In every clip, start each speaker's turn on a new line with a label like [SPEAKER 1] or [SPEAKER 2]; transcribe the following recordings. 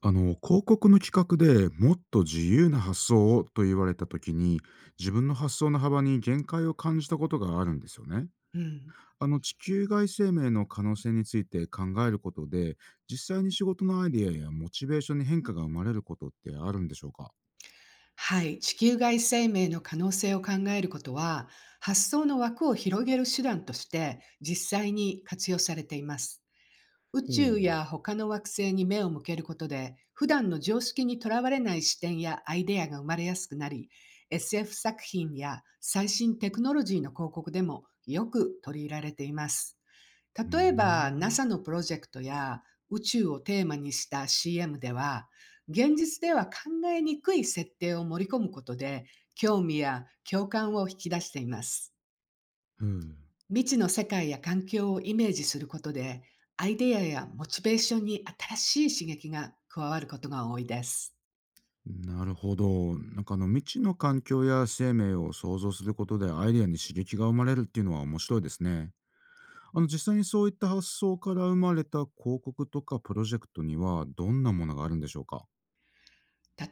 [SPEAKER 1] 広告の企画でもっと自由な発想をと言われた時に、自分の発想の幅に限界を感じたことがあるんですよね。
[SPEAKER 2] うん、
[SPEAKER 1] 地球外生命の可能性について考えることで、実際に仕事のアイデアやモチベーションに変化が生まれることってあるんでしょうか？
[SPEAKER 2] はい、地球外生命の可能性を考えることは、発想の枠を広げる手段として実際に活用されています。宇
[SPEAKER 1] ほう。
[SPEAKER 2] 宙
[SPEAKER 1] う
[SPEAKER 2] や他の惑星に目を向けることで、普段の常識にとらわれない視点やアイデアが生まれやすくなり、SF 作品や最新テクノロジーの広告でもよく取り入れられています。
[SPEAKER 1] ー
[SPEAKER 2] 例えば
[SPEAKER 1] ん。
[SPEAKER 2] NASA のプロジェクトや宇宙をテーマにした CM では、現実では考えにくい設定を盛り込むことで、興味や共感を引き出しています。
[SPEAKER 1] ふう。
[SPEAKER 2] 未知の世界や環境をイメージすることで、アイデアやモチベーションに新しい刺激が加わることが多いです。
[SPEAKER 1] なるほど。なんか未知の環境や生命を想像することでアイデアに刺激が生まれるっていうのは面白いですね。あの、実際にそういった発想から生まれた広告とかプロジェクトには、どんなものがあるんでしょうか？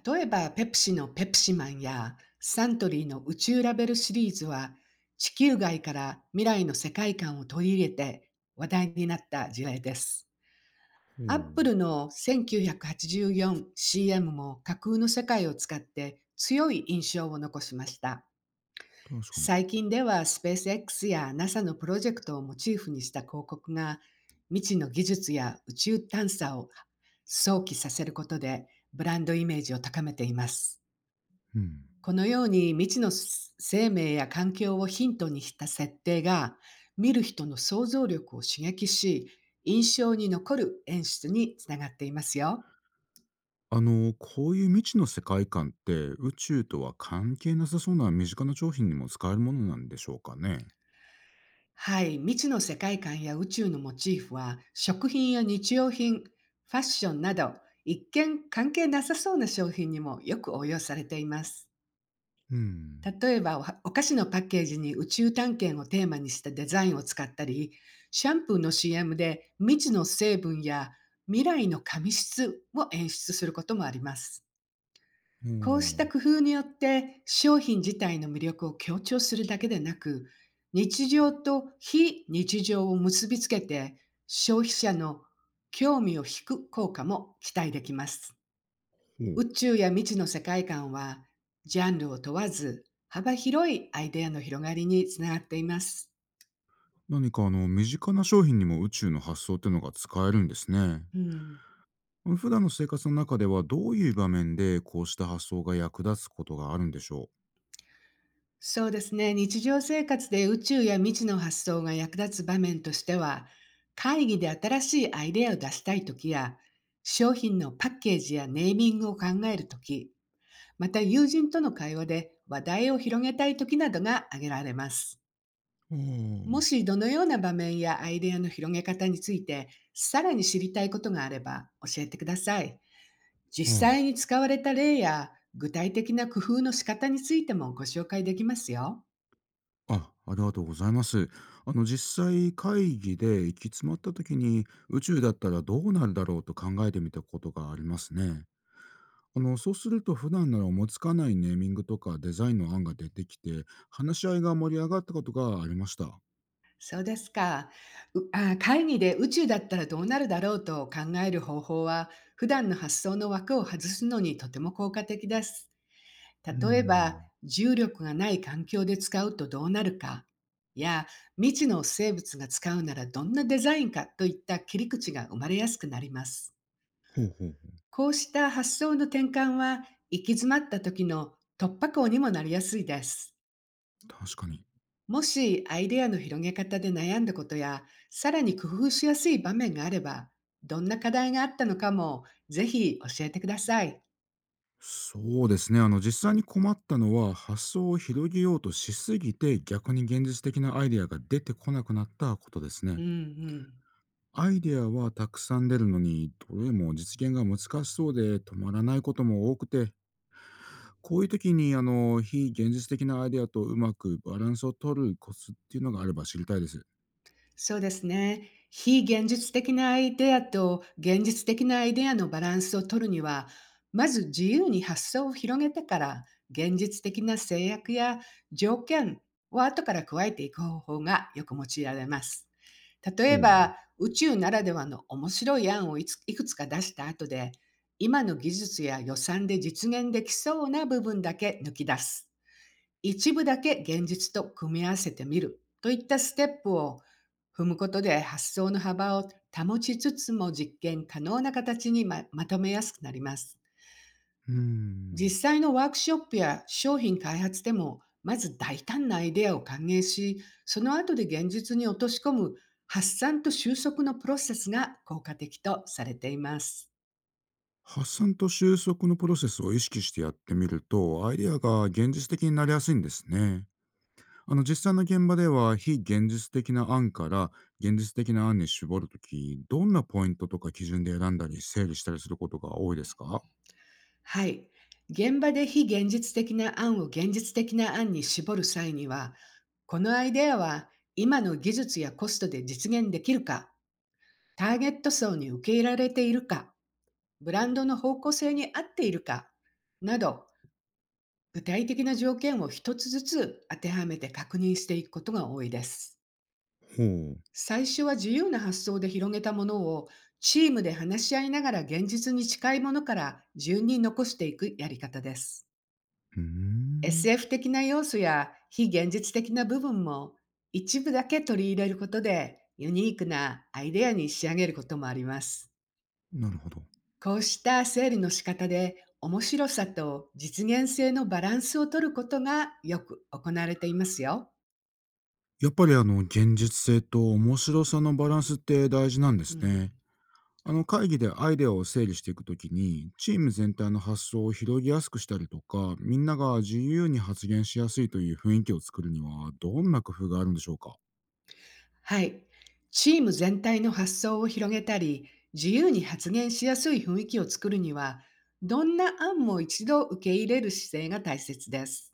[SPEAKER 2] 例えば、ペプシのペプシマンやサントリーの宇宙ラベルシリーズは、地球外から未来の世界観を取り入れて話題になった事例です。
[SPEAKER 1] ほ
[SPEAKER 2] アップ
[SPEAKER 1] う。
[SPEAKER 2] ルの 1984CM も架空の世界を使って強い印象を残しました。
[SPEAKER 1] 確かに。
[SPEAKER 2] 最近ではスペース X や NASA のプロジェクトをモチーフにした広告が、未知の技術や宇宙探査を想起させることで、ブランドイメージを高めています。
[SPEAKER 1] うん。
[SPEAKER 2] このように未知の生命や環境をヒントにした設定が、見る人の想像力を刺激し、印象に残る演出につながっていますよ。
[SPEAKER 1] あの、こういう未知の世界観って、宇宙とは関係なさそうな身近な商品にも使えるものなんでしょうかね？
[SPEAKER 2] はい、未知の世界観や宇宙のモチーフは、食品や日用品、ファッションなど、一見関係なさそうな商品にもよく応用されています。
[SPEAKER 1] うん。
[SPEAKER 2] 例えば、お菓子のパッケージに宇宙探検をテーマにしたデザインを使ったり、シャンプーの CM で未知の成分や未来の紙質を演出することもあります。
[SPEAKER 1] お
[SPEAKER 2] こうし
[SPEAKER 1] お。
[SPEAKER 2] た工夫によって、商品自体の魅力を強調するだけでなく、日常と非日常を結びつけて消費者の興味を引く効果も期待できます。
[SPEAKER 1] ほう。
[SPEAKER 2] 宇宙や未知の世界観は、ジャンルを問わず幅広いアイデアの広がりにつながっています。
[SPEAKER 1] 何かあの、身近な商品にも宇宙の発想ってのが使えるんですね。
[SPEAKER 2] うん、
[SPEAKER 1] 普段の生活の中では、どういう場面でこうした発想が役立つことがあるんでしょ
[SPEAKER 2] そうですね。日常生活で宇宙や未知の発想が役立つ場面としては、会議で新しいアイデアを出したいときや、商品のパッケージやネーミングを考えるとき、また友人との会話で話題を広げたいときなどが挙げられます。
[SPEAKER 1] う？
[SPEAKER 2] も
[SPEAKER 1] あ
[SPEAKER 2] しどのような場面やアイデアの広げ方について、さらに知りたいことがあれば教えてください。実
[SPEAKER 1] あ。は
[SPEAKER 2] 際
[SPEAKER 1] い。
[SPEAKER 2] に使われた例や具体的な工夫の仕方についてもご紹介できますよ。
[SPEAKER 1] あ、ありがとうございます。実際会議で行き詰まった時に、宇宙だったらどうなるだろうと考えてみたことがありますね。そうすると、普段なら思いつかないネーミングとかデザインの案が出てきて、話し合いが盛り上がったことがありました。う
[SPEAKER 2] そうですか。会議で宇宙だったらどうなるだろうと考える方法は、普段の発想の枠を外すのにとても効果的です。
[SPEAKER 1] ー
[SPEAKER 2] 例えば、
[SPEAKER 1] ん。
[SPEAKER 2] 重力がない環境で使うとどうなるか、や、未知の生物が使うならどんなデザインかといった切り口が生まれやすくなります。
[SPEAKER 1] ほうほうほ
[SPEAKER 2] こうした発想の転換は、行き詰まった時の突破口にもなりやすいです。
[SPEAKER 1] う。確かに。
[SPEAKER 2] もしアイデアの広げ方で悩んだことや、さらに工夫しやすい場面があれば、どんな課題があったのかも、ぜひ教えてください。
[SPEAKER 1] そうですね。実際に困ったのは、発想を広げようとしすぎて逆に現実的なアイデアが出てこなくなったことです
[SPEAKER 2] う
[SPEAKER 1] ね。
[SPEAKER 2] んうん。
[SPEAKER 1] アイデアはたくさん出るのに、どれも実現が難しそうで止まらないことも多くて、こういう時に非現実的なアイデアとうまくバランスを取るコツっていうのがあれば知りたいです。
[SPEAKER 2] そうですね。非現実的なアイデアと現実的なアイデアのバランスを取るには、まず自由に発想を広げてから、現実的な制約や条件を後から加えていく方法がよく用いられます。例
[SPEAKER 1] ほ
[SPEAKER 2] え
[SPEAKER 1] う。
[SPEAKER 2] ば、宇宙ならではの面白い案をいくつか出した後で、今の技術や予算で実現できそうな部分だけ抜き出す。一部だけ現実と組み合わせてみるといったステップを踏むことで、発想の幅を保ちつつも実験可能な形にまとめやすくなります。
[SPEAKER 1] うー
[SPEAKER 2] 実
[SPEAKER 1] ん。
[SPEAKER 2] 際のワークショップや商品開発でも、まず大胆なアイデアを歓迎し、その後で現実に落とし込む発散と収束のプロセスが効果的とされています。
[SPEAKER 1] 発散と収束のプロセスを意識してやってみると、アイデアが現実的になりやすいんですね。あの、実際の現場では、非現実的な案から現実的な案に絞るとき、どんなポイントとか基準で選んだり整理したりすることが多いですか？
[SPEAKER 2] はい。現場で非現実的な案を現実的な案に絞る際には、このアイデアは今の技術やコストで実現できるか、ターゲット層に受け入れられているか、ブランドの方向性に合っているか、など、具体的な条件を一つずつ当てはめて確認していくことが多いです。
[SPEAKER 1] ほう。
[SPEAKER 2] 最初は自由な発想で広げたものを、チームで話し合いながら現実に近いものから順に残していくやり方です。
[SPEAKER 1] うーん。
[SPEAKER 2] SF 的な要素や非現実的な部分も一部だけ取り入れることで、ユニークなアイデアに仕上げることもあります。
[SPEAKER 1] なるほど。
[SPEAKER 2] こうした整理の仕方で、面白さと実現性のバランスを取ることがよく行われていますよ。
[SPEAKER 1] やっぱり現実性と面白さのバランスって大事なんで
[SPEAKER 2] う
[SPEAKER 1] すね。
[SPEAKER 2] ん、
[SPEAKER 1] あの、会議でアイデアを整理していくときに、チーム全体の発想を広げやすくしたりとか、みんなが自由に発言しやすいという雰囲気を作るには、どんな工夫があるんでしょうか？
[SPEAKER 2] はい。チーム全体の発想を広げたり、自由に発言しやすい雰囲気を作るには、どんな案も一度受け入れる姿勢が大切です。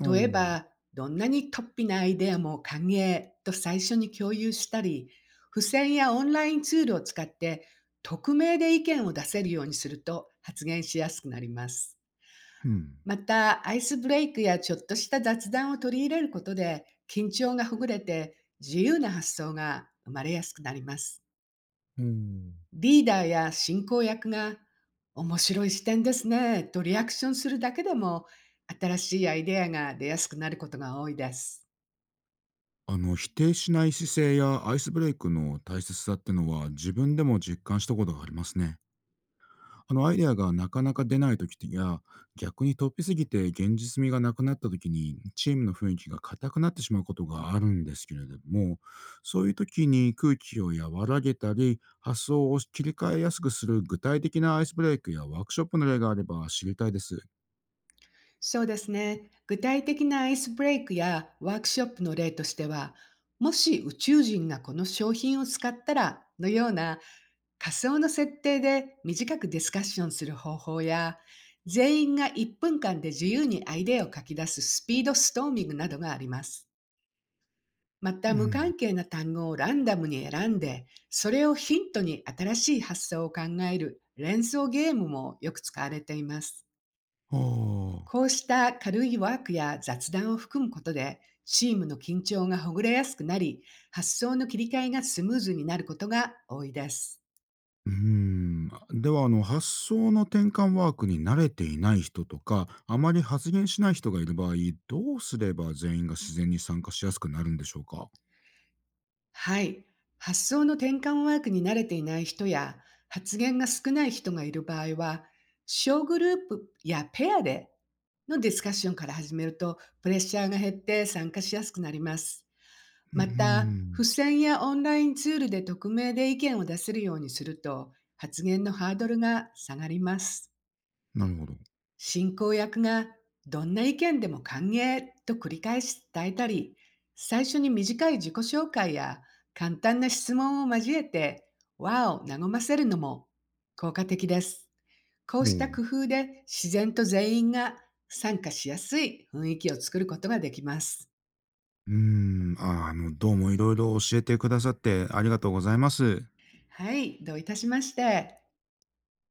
[SPEAKER 1] お
[SPEAKER 2] え
[SPEAKER 1] ー。
[SPEAKER 2] ば、どんなに突飛なアイデアも歓迎と最初に共有したり、付箋やオンラインツールを使って匿名で意見を出せるようにすると、発言しやすくなります。
[SPEAKER 1] うん。
[SPEAKER 2] また、アイスブレイクやちょっとした雑談を取り入れることで、緊張がほぐれて自由な発想が生まれやすくなります。
[SPEAKER 1] おー。
[SPEAKER 2] リーダーや進行役が面白い視点ですねとリアクションするだけでも、新しいアイデアが出やすくなることが多いです。
[SPEAKER 1] あの、否定しない姿勢やアイスブレイクの大切さってのは、自分でも実感したことがありますね。あのアイデアがなかなか出ない時や、逆に突飛すぎて現実味がなくなった時に、チームの雰囲気が硬くなってしまうことがあるんですけれども、そういう時に空気を和らげたり、発想を切り替えやすくする具体的なアイスブレイクやワークショップの例があれば知りたいです。
[SPEAKER 2] そうですね。具体的なアイスブレイクやワークショップの例としては、もし宇宙人がこの商品を使ったらのような仮想の設定で短くディスカッションする方法や、全員が1分間で自由にアイデアを書き出すスピードストーミングなどがあります。ま
[SPEAKER 1] う
[SPEAKER 2] た、無
[SPEAKER 1] ん。
[SPEAKER 2] 関係な単語をランダムに選んで、それをヒントに新しい発想を考える連想ゲームもよく使われています。
[SPEAKER 1] はあ。
[SPEAKER 2] こうした軽いワークや雑談を含むことで、チームの緊張がほぐれやすくなり、発想の切り替えがスムーズになることが多いです。
[SPEAKER 1] うーん。では、あの、発想の転換ワークに慣れていない人とか、あまり発言しない人がいる場合、どうすれば全員が自然に参加しやすくなるんでしょうか？
[SPEAKER 2] はい。発想の転換ワークに慣れていない人や発言が少ない人がいる場合は、小グループやペアでのディスカッションから始めると、プレッシャーが減って参加しやすくなります。
[SPEAKER 1] うー
[SPEAKER 2] また、
[SPEAKER 1] ん。
[SPEAKER 2] 付箋やオンラインツールで匿名で意見を出せるようにすると、発言のハードルが下がります。
[SPEAKER 1] なるほど。
[SPEAKER 2] 進行役がどんな意見でも歓迎と繰り返し伝えたり、最初に短い自己紹介や簡単な質問を交えて和を和ませるのも効果的です。こ
[SPEAKER 1] ほ
[SPEAKER 2] うした
[SPEAKER 1] う。
[SPEAKER 2] 工夫で、自然と全員が参加しやすい雰囲気を作ることができます。
[SPEAKER 1] うーん。ああ、あの、どうもいろいろ教えてくださってありがとうございます。
[SPEAKER 2] はい、どういたしまして。